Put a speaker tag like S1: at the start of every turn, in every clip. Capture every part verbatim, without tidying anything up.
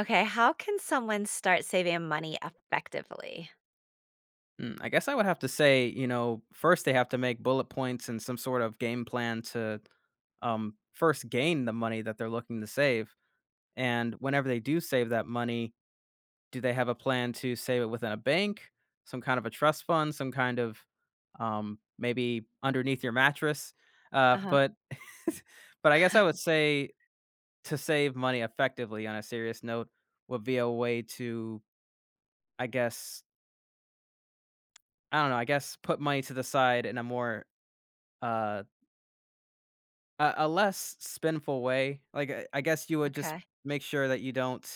S1: Okay, how can someone start saving money effectively?
S2: Mm, I guess I would have to say, you know, first they have to make bullet points and some sort of game plan to um, first gain the money that they're looking to save. And whenever they do save that money, do they have a plan to save it within a bank, some kind of a trust fund, some kind of um, maybe underneath your mattress? Uh,
S1: Uh-huh.
S2: but but I guess I would say to save money effectively on a serious note would be a way to, I guess, I don't know, I guess put money to the side in a more— Uh, a a less spendful way. Like, I I guess you would just
S1: Okay.
S2: make sure that you don't,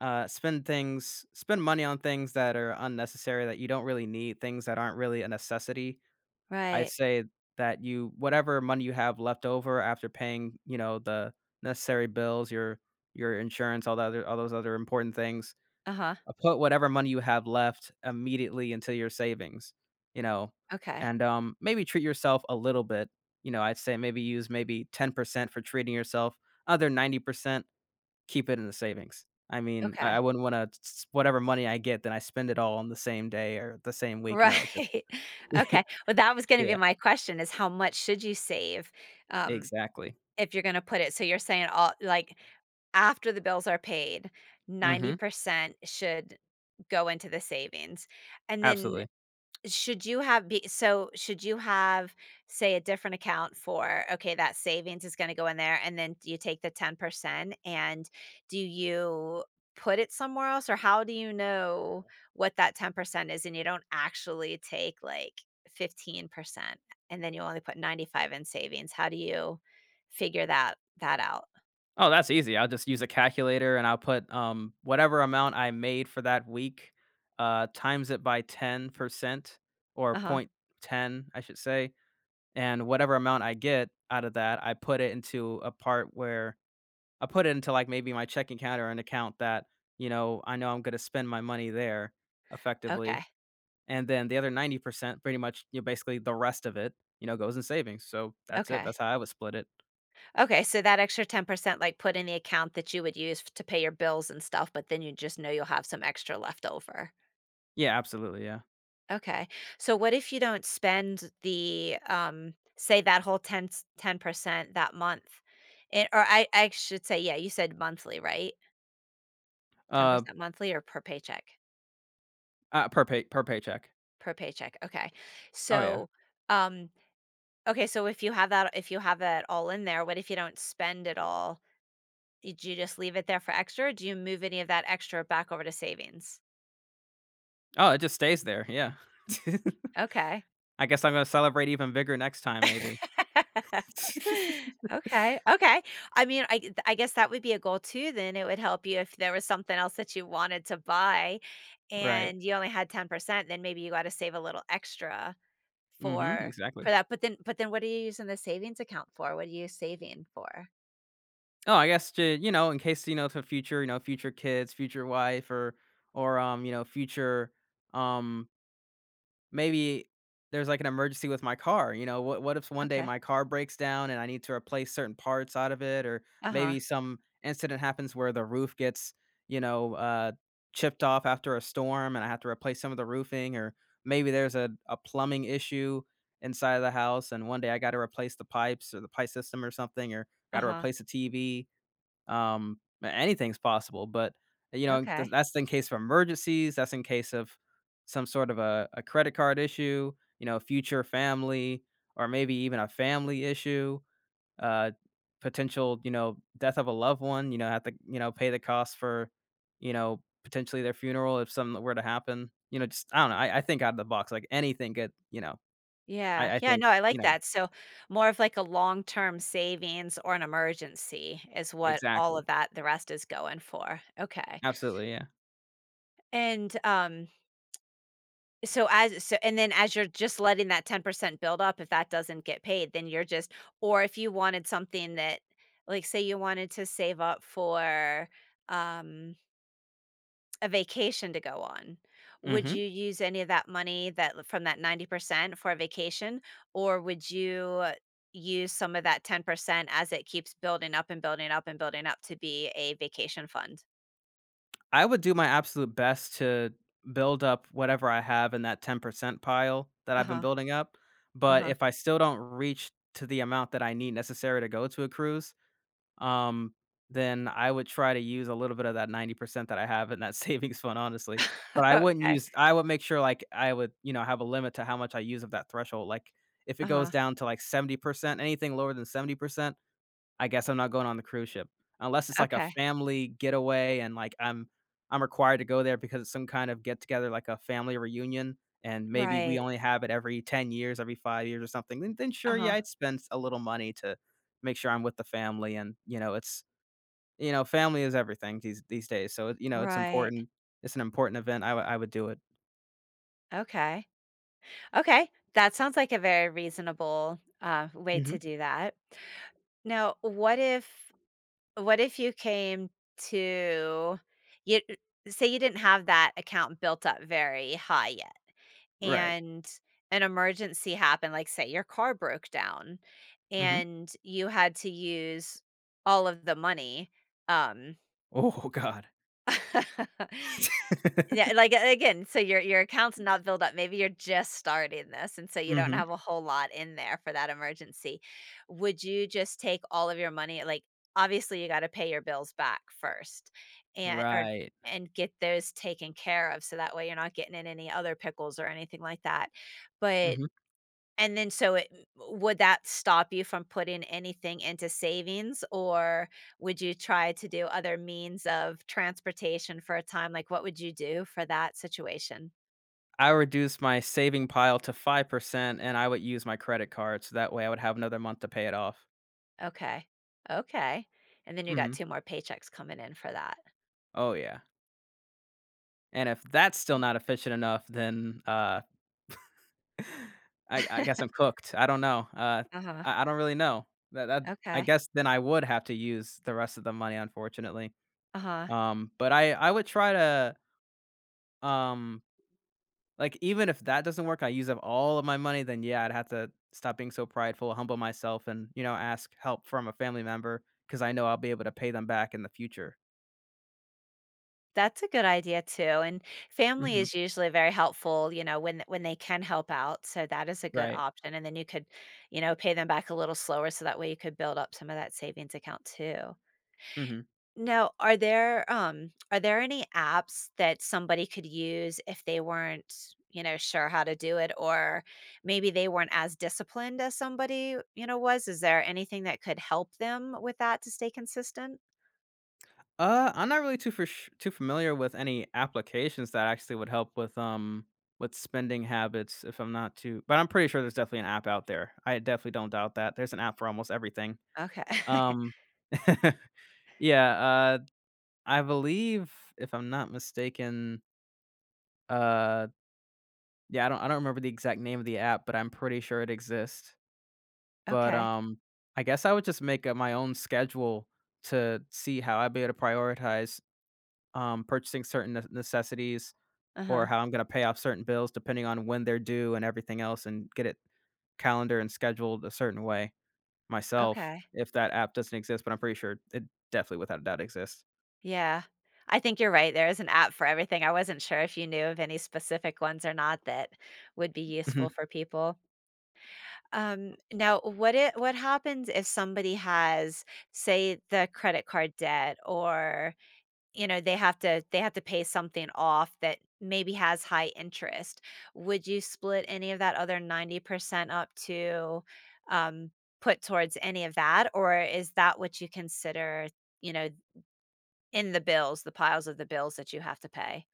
S2: uh, spend things spend money on things that are unnecessary, that you don't really need, things that aren't really a necessity. I'd
S1: Right.
S2: say that you whatever money you have left over after paying, you know, the necessary bills, your your insurance, all the other all those other important things.
S1: Uh-huh.
S2: Uh, put whatever money you have left immediately into your savings, you know,
S1: Okay.
S2: and, um, maybe treat yourself a little bit. You know, I'd say maybe use maybe ten percent for treating yourself, other ninety percent keep it in the savings. I mean, I I
S1: Okay.
S2: wouldn't wanna— whatever money I get, then I spend it all on the same day or the same week. No, just—
S1: Right. Okay. Well, that was gonna be
S2: Yeah,
S1: my question is how much should you save. um,
S2: exactly.
S1: if you're gonna put it, so you're saying, all like, after the bills are paid,
S2: Mhm,
S1: ninety percent should go into the savings. And then
S2: absolutely.
S1: Should you have be so should you have, say, a different account for, okay, that savings is gonna go in there, and then you take the ten percent, and do you put it somewhere else, or how do you know what that ten percent is and you don't actually take, like, fifteen percent and then you only put ninety-five in savings? How do you figure that that out?
S2: Oh, that's easy. I'll just use a calculator and I'll put um, whatever amount I made for that week, uh, times it by ten percent or
S1: Uh-huh.
S2: point ten, I should say. And whatever amount I get out of that, I put it into a part where I put it into like maybe my checking account or an account that, you know, I know I'm going to spend my money there effectively.
S1: Okay.
S2: And then the other ninety percent, pretty much, you know, basically the rest of it, you know, goes in savings. So that's it.
S1: Okay.
S2: That's how I would split it.
S1: Okay, so that extra ten percent, like, put in the account that you would use f- to pay your bills and stuff, but then you just know you'll have some extra left over.
S2: Yeah, absolutely. Yeah.
S1: Okay. So what if you don't spend the um say that whole ten percent that month? It, or I I should say, yeah, you said monthly, right?
S2: Uh,
S1: ten percent monthly or per paycheck?
S2: uh per pay per paycheck.
S1: Per paycheck. Okay.
S2: Oh, yeah.
S1: So um okay, so if you have that if you have that all in there, what if you don't spend it all? Did you just leave it there for extra? Or do you move any of that extra back over to savings?
S2: Oh, it just stays there, yeah.
S1: Okay.
S2: I guess I'm gonna celebrate even bigger next time maybe.
S1: Okay, okay. I mean, I th I guess that would be a goal too then. It would help you if there was something else that you wanted to buy
S2: Right.
S1: and you only had ten percent, then maybe you gotta save a little extra
S2: Mhm,
S1: for
S2: exactly.
S1: for that, but then but then what are you using the savings account for? What are you saving for?
S2: Oh, I guess to, you know, in case, you know, for future, you know, future kids, future wife, or or, um, you know, future, um maybe there's like an emergency with my car. You know, what what if one day
S1: Okay.
S2: my car breaks down and I need to replace certain parts out of it, or
S1: Uh-huh,
S2: maybe some incident happens where the roof gets, you know, uh, chipped off after a storm and I have to replace some of the roofing, or maybe there's a, a plumbing issue inside of the house and one day I got to replace the pipes or the pipe system or something, or got to
S1: uh-huh,
S2: replace a T V. Um, Anything's possible, but, you know, th
S1: okay.
S2: that's in case of emergencies, that's in case of some sort of a a credit card issue, you know, future family, or maybe even a family issue, uh, potential, you know, death of a loved one, you know, have to, you know, pay the cost for, you know, potentially their funeral if something were to happen. You know, just— I don't know, I I think out of the box, like, anything could, you know—
S1: Yeah,
S2: I I
S1: yeah, no,
S2: think,
S1: I
S2: you
S1: like
S2: know—
S1: that, so more of like a long-term savings or an emergency is what all
S2: Exactly.
S1: of that, the rest, is going for. Okay.
S2: Absolutely, yeah.
S1: And, um, so as so and then as you're just letting that ten percent build up, if that doesn't get paid, then you're just... or if you wanted something that, like, say you wanted to save up for, um, a vacation to go on, would
S2: Mhm.
S1: you use any of that money that l- from that ninety percent for a vacation, or would you use some of that ten percent as it keeps building up and building up and building up to be a vacation fund?
S2: I would do my absolute best to build up whatever I have in that ten percent pile that I've been
S1: Uh-huh,
S2: building up, but
S1: uh-huh.
S2: if I still don't reach to the amount that I need necessary to go to a cruise, um, then I would try to use a little bit of that ninety percent that I have in that savings fund, honestly. But I wouldn't
S1: Okay,
S2: use I would make sure, like, I would, you know, have a limit to how much I use of that threshold, like, if it goes
S1: uh-huh,
S2: down to, like, seventy percent, anything lower than seventy percent, I guess I'm not going on the cruise ship, unless it's like a
S1: okay.
S2: family getaway and, like, I'm I'm required to go there because it's some kind of get together, like a family reunion, and maybe we
S1: Right.
S2: only have it every ten years, every five years or something, then then sure, yeah,
S1: Uh-huh.
S2: I'd spend a little money to make sure I'm with the family and, you know, it's— you know, family is everything these these days, so, it- you know, it's
S1: Right.
S2: important. It's an important event, I would I would do it.
S1: Okay. Okay. That sounds like a very reasonable uh, way
S2: Mhm.
S1: to do that. Now, what if, what if you came to you say, you didn't have that account built up very high yet,
S2: Right.
S1: and an emergency happened, like, say, your car broke down
S2: Mhm.
S1: and you had to use all of the money um
S2: Oh, god.
S1: Yeah, like, a again, so your your account's not built up, maybe you're just starting this, and so you don't
S2: Mhm.
S1: have a whole lot in there for that emergency. Would you just take all of your money? Like, obviously, you gotta pay your bills back first, and or
S2: Right.
S1: and get those taken care of, so that way you're not getting in any other pickles or anything like that. But
S2: Mhm.
S1: and then so it would that stop you from putting anything into savings, or would you try to do other means of transportation for a time? Like, what would you do for that situation?
S2: I reduced my saving pile to five percent and I would use my credit card, so that way I would have another month to pay it off.
S1: Okay. Okay. And then you got
S2: Mhm.
S1: two more paychecks coming in for that.
S2: Oh, yeah. And if that's still not efficient enough, then, uh, I I guess I'm cooked. I don't know. Uh,
S1: Uh-huh.
S2: I I don't really know. That that I
S1: Okay.
S2: guess then I would have to use the rest of the money, unfortunately.
S1: Uh-huh.
S2: Um, but I I would try to, um like, even if that doesn't work, I use up all of my money, then yeah, I'd have to stop being so prideful, humble myself, and, you know, ask help from a family member because I know I'll be able to pay them back in the future.
S1: That's a good idea too, and family
S2: Hmm.
S1: is usually very helpful, you know, when when they can help out, so that is a good
S2: Right.
S1: option. And then you could, you know, pay them back a little slower, so that way you could build up some of that savings account too.
S2: Hmm.
S1: Now, are there um are there any apps that somebody could use if they weren't, you know, sure how to do it, or maybe they weren't as disciplined as somebody, you know, was? Is there anything that could help them with that to stay consistent?
S2: Uh, I'm not really too for too familiar with any applications that actually would help with um with spending habits. If I'm not too— but I'm pretty sure there's definitely an app out there. I definitely don't doubt that. There's an app for almost everything.
S1: Okay.
S2: Um, yeah. Uh, I believe if I'm not mistaken, uh yeah, I don't I don't remember the exact name of the app, but I'm pretty sure it exists. But,
S1: Okay.
S2: um, I guess I would just make up my own schedule to see how I'd be able to prioritize, um, purchasing certain ne necessities or
S1: Uh-huh.
S2: how I'm gonna pay off certain bills depending on when they're due and everything else and get it calendar and scheduled a certain way myself
S1: Okay.
S2: if that app doesn't exist, but I'm pretty sure it definitely without a doubt exists.
S1: Yeah. I think you're right, there is an app for everything. I wasn't sure if you knew of any specific ones or not that would be
S2: Mhm.
S1: useful for people. Um, now what it what happens if somebody has, say, the credit card debt, or, you know, they have to they have to pay something off that maybe has high interest? Would you split any of that other ninety percent up to, um, put towards any of that, or is that what you consider, you know, in the bills, the piles of the bills that you have to pay?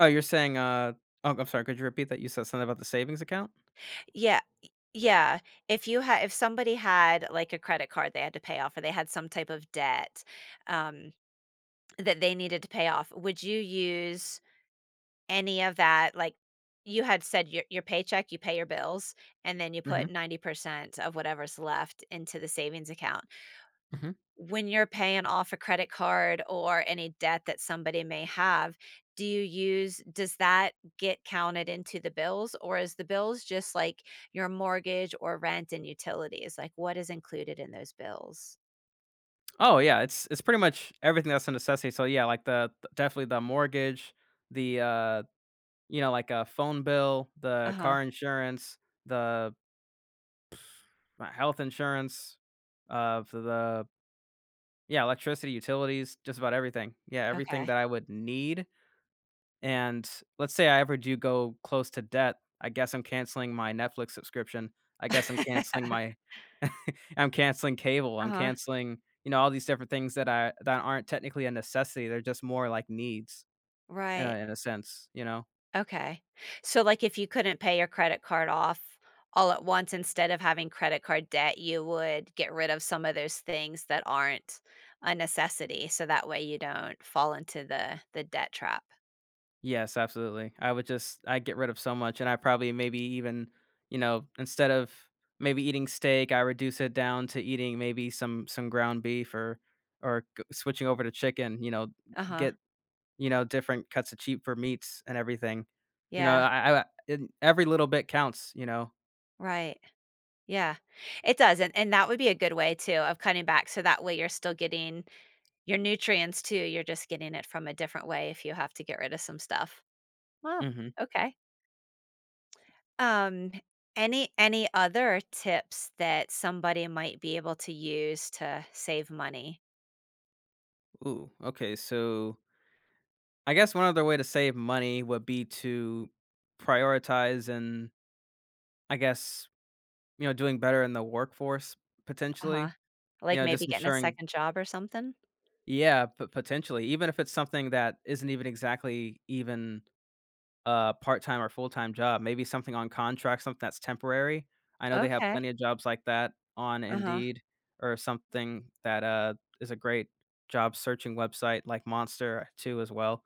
S2: Oh, you're saying, uh oh, I'm sorry, could you repeat that? You said something about the savings account?
S1: Yeah, yeah. If you had, if somebody had, like, a credit card they had to pay off, or they had some type of debt, um, that they needed to pay off, would you use any of that, like, you had said, your your paycheck, you pay your bills, and then you put
S2: Mhm,
S1: ninety percent of whatever's left into the savings account.
S2: mhm.
S1: When you're paying off a credit card or any debt that somebody may have, do you use does that get counted into the bills, or is the bills just like your mortgage or rent and utilities? Like, what is included in those bills?
S2: Oh yeah, it's it's pretty much everything that's a necessity. So yeah, like the th- definitely the mortgage, the uh you know, like a phone bill, the
S1: Uh-huh.
S2: car insurance, the uh, health insurance, uh for the yeah, electricity, utilities, just about everything. Yeah, everything
S1: Okay.
S2: that I would need. And let's say I ever do go close to debt, I guess I'm canceling my Netflix subscription. I guess I'm canceling my— I'm canceling cable. I'm
S1: Uh-huh.
S2: canceling, you know, all these different things that I that aren't technically a necessity. They're just more like needs in a
S1: Right.
S2: in a sense, you know?
S1: Okay. So, like, if you couldn't pay your credit card off all at once, instead of having credit card debt, you would get rid of some of those things that aren't a necessity, so that way you don't fall into the the debt trap.
S2: Yes, absolutely. I would just I get rid of so much and I probably maybe even, you know, instead of maybe eating steak, I reduce it down to eating maybe some some ground beef or or g- switching over to chicken, you know,
S1: Uh-huh.
S2: get you know, different cuts of cheaper meats and everything. You know,
S1: Yeah.
S2: I I and every little bit counts, you know?
S1: Right. Yeah. It does, and and that would be a good way too of cutting back, so that way you're still getting your nutrients too, you're just getting it from a different way if you have to get rid of some stuff. Wow.
S2: Mhm.
S1: Okay. Um, any any other tips that somebody might be able to use to save money?
S2: Ooh, okay, so I guess one other way to save money would be to prioritize and, I guess, you know, doing better in the workforce potentially,
S1: Uh-huh.
S2: you
S1: Like,
S2: know,
S1: maybe
S2: just
S1: getting a
S2: ensuring—
S1: second job or something?
S2: yeah, but potentially, even if it's something that isn't even exactly even a part-time or full-time job, maybe something on contract, something that's temporary. I know they have
S1: Okay.
S2: plenty of jobs like that on
S1: Uh-huh.
S2: Indeed or something that, uh, is a great job searching website like Monster too as well.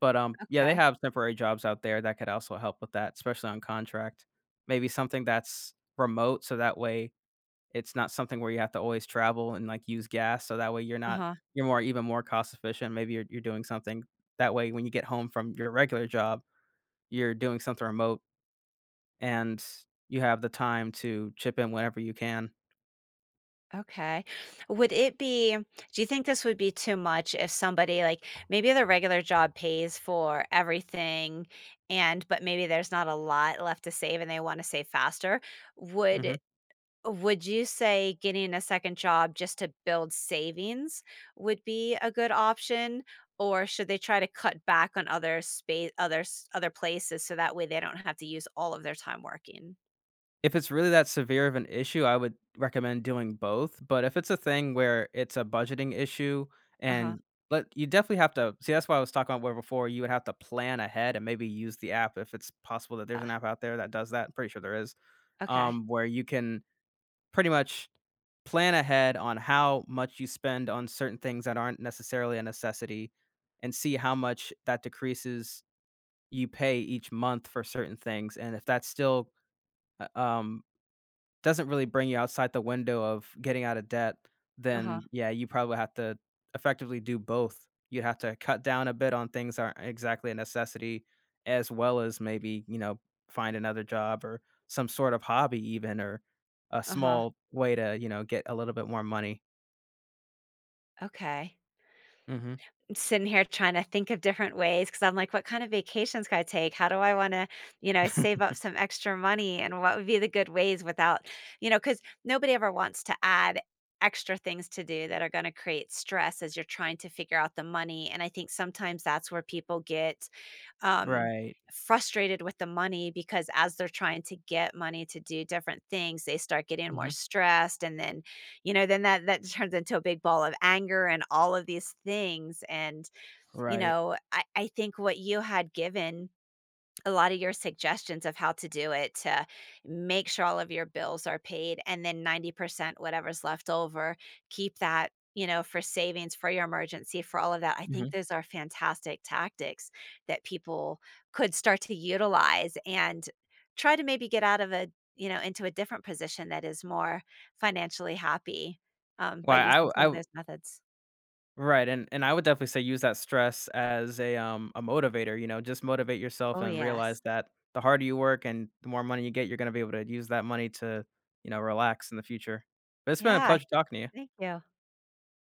S2: But, um, yeah, they
S1: Okay.
S2: have temporary jobs out there that could also help with that, especially on contract. Maybe something that's remote, so that way it's not something where you have to always travel and, like, use gas, so that way you're not
S1: Uh-huh.
S2: you're more, even more cost efficient. Maybe you're you're doing something that way when you get home from your regular job you're doing something remote and you have the time to chip in whenever you can.
S1: Okay. Would it be do you think this would be too much if somebody, like, maybe their regular job pays for everything, and but maybe there's not a lot left to save and they want to save faster?
S2: Mhm.
S1: Would Would you say getting a second job just to build savings would be a good option, or should they try to cut back on other space, other s- other places, so that way they don't have to use all of their time working?
S2: If it's really that severe of an issue, I would recommend doing both, but if it's a thing where it's a budgeting issue
S1: Uh huh.
S2: and but you definitely have to see— that's why I was talking about where before you would have to plan ahead and maybe use the app if it's possible that there's an app out there that does that. I'm pretty sure there is.
S1: Okay.
S2: Um, where you can pretty much plan ahead on how much you spend on certain things that aren't necessarily a necessity and see how much that decreases— you pay each month for certain things and if that's still— uh, um doesn't really bring you outside the window of getting out of debt,
S1: Uh huh.
S2: then yeah, you probably have to effectively do both. You'd have to cut down a bit on things that aren't exactly a necessity, as well as maybe, you know, find another job or some sort of hobby even or a
S1: Uh huh.
S2: small way to, you know, get a little bit more money.
S1: Okay.
S2: Mhm.
S1: Sitting here trying to think of different ways, because I'm like, what kind of vacations can I take? How do I want to, you know, save up some extra money? And what would be the good ways without, you know, because nobody ever wants to add extra things to do that are going to create stress as you're trying to figure out the money. And I think sometimes that's where people get, um,
S2: Right.
S1: frustrated with the money, because as they're trying to get money to do different things, they start getting more
S2: Mhm.
S1: stressed. And then you know then that that turns into a big ball of anger and all of these things. And you
S2: Right.
S1: know, I, I think what you had given, a lot of your suggestions of how to do it, to make sure all of your bills are paid and then ninety percent whatever's left over, keep that, you know, for savings, for your emergency, for all of that. I think
S2: Mhm.
S1: those are fantastic tactics that people could start to utilize and try to maybe get out of a, you know, into a different position that is more financially happy um, by
S2: Well, I
S1: using
S2: w
S1: some of
S2: I
S1: those methods.
S2: Right, and and I would definitely say use that stress as a, um, a motivator, you know, just motivate yourself
S1: Oh,
S2: and
S1: yes.
S2: realize that the harder you work and the more money you get, you're gonna be able to use that money to, you know, relax in the future. But it's been a
S1: Yeah.
S2: pleasure talking to you.
S1: Thank you.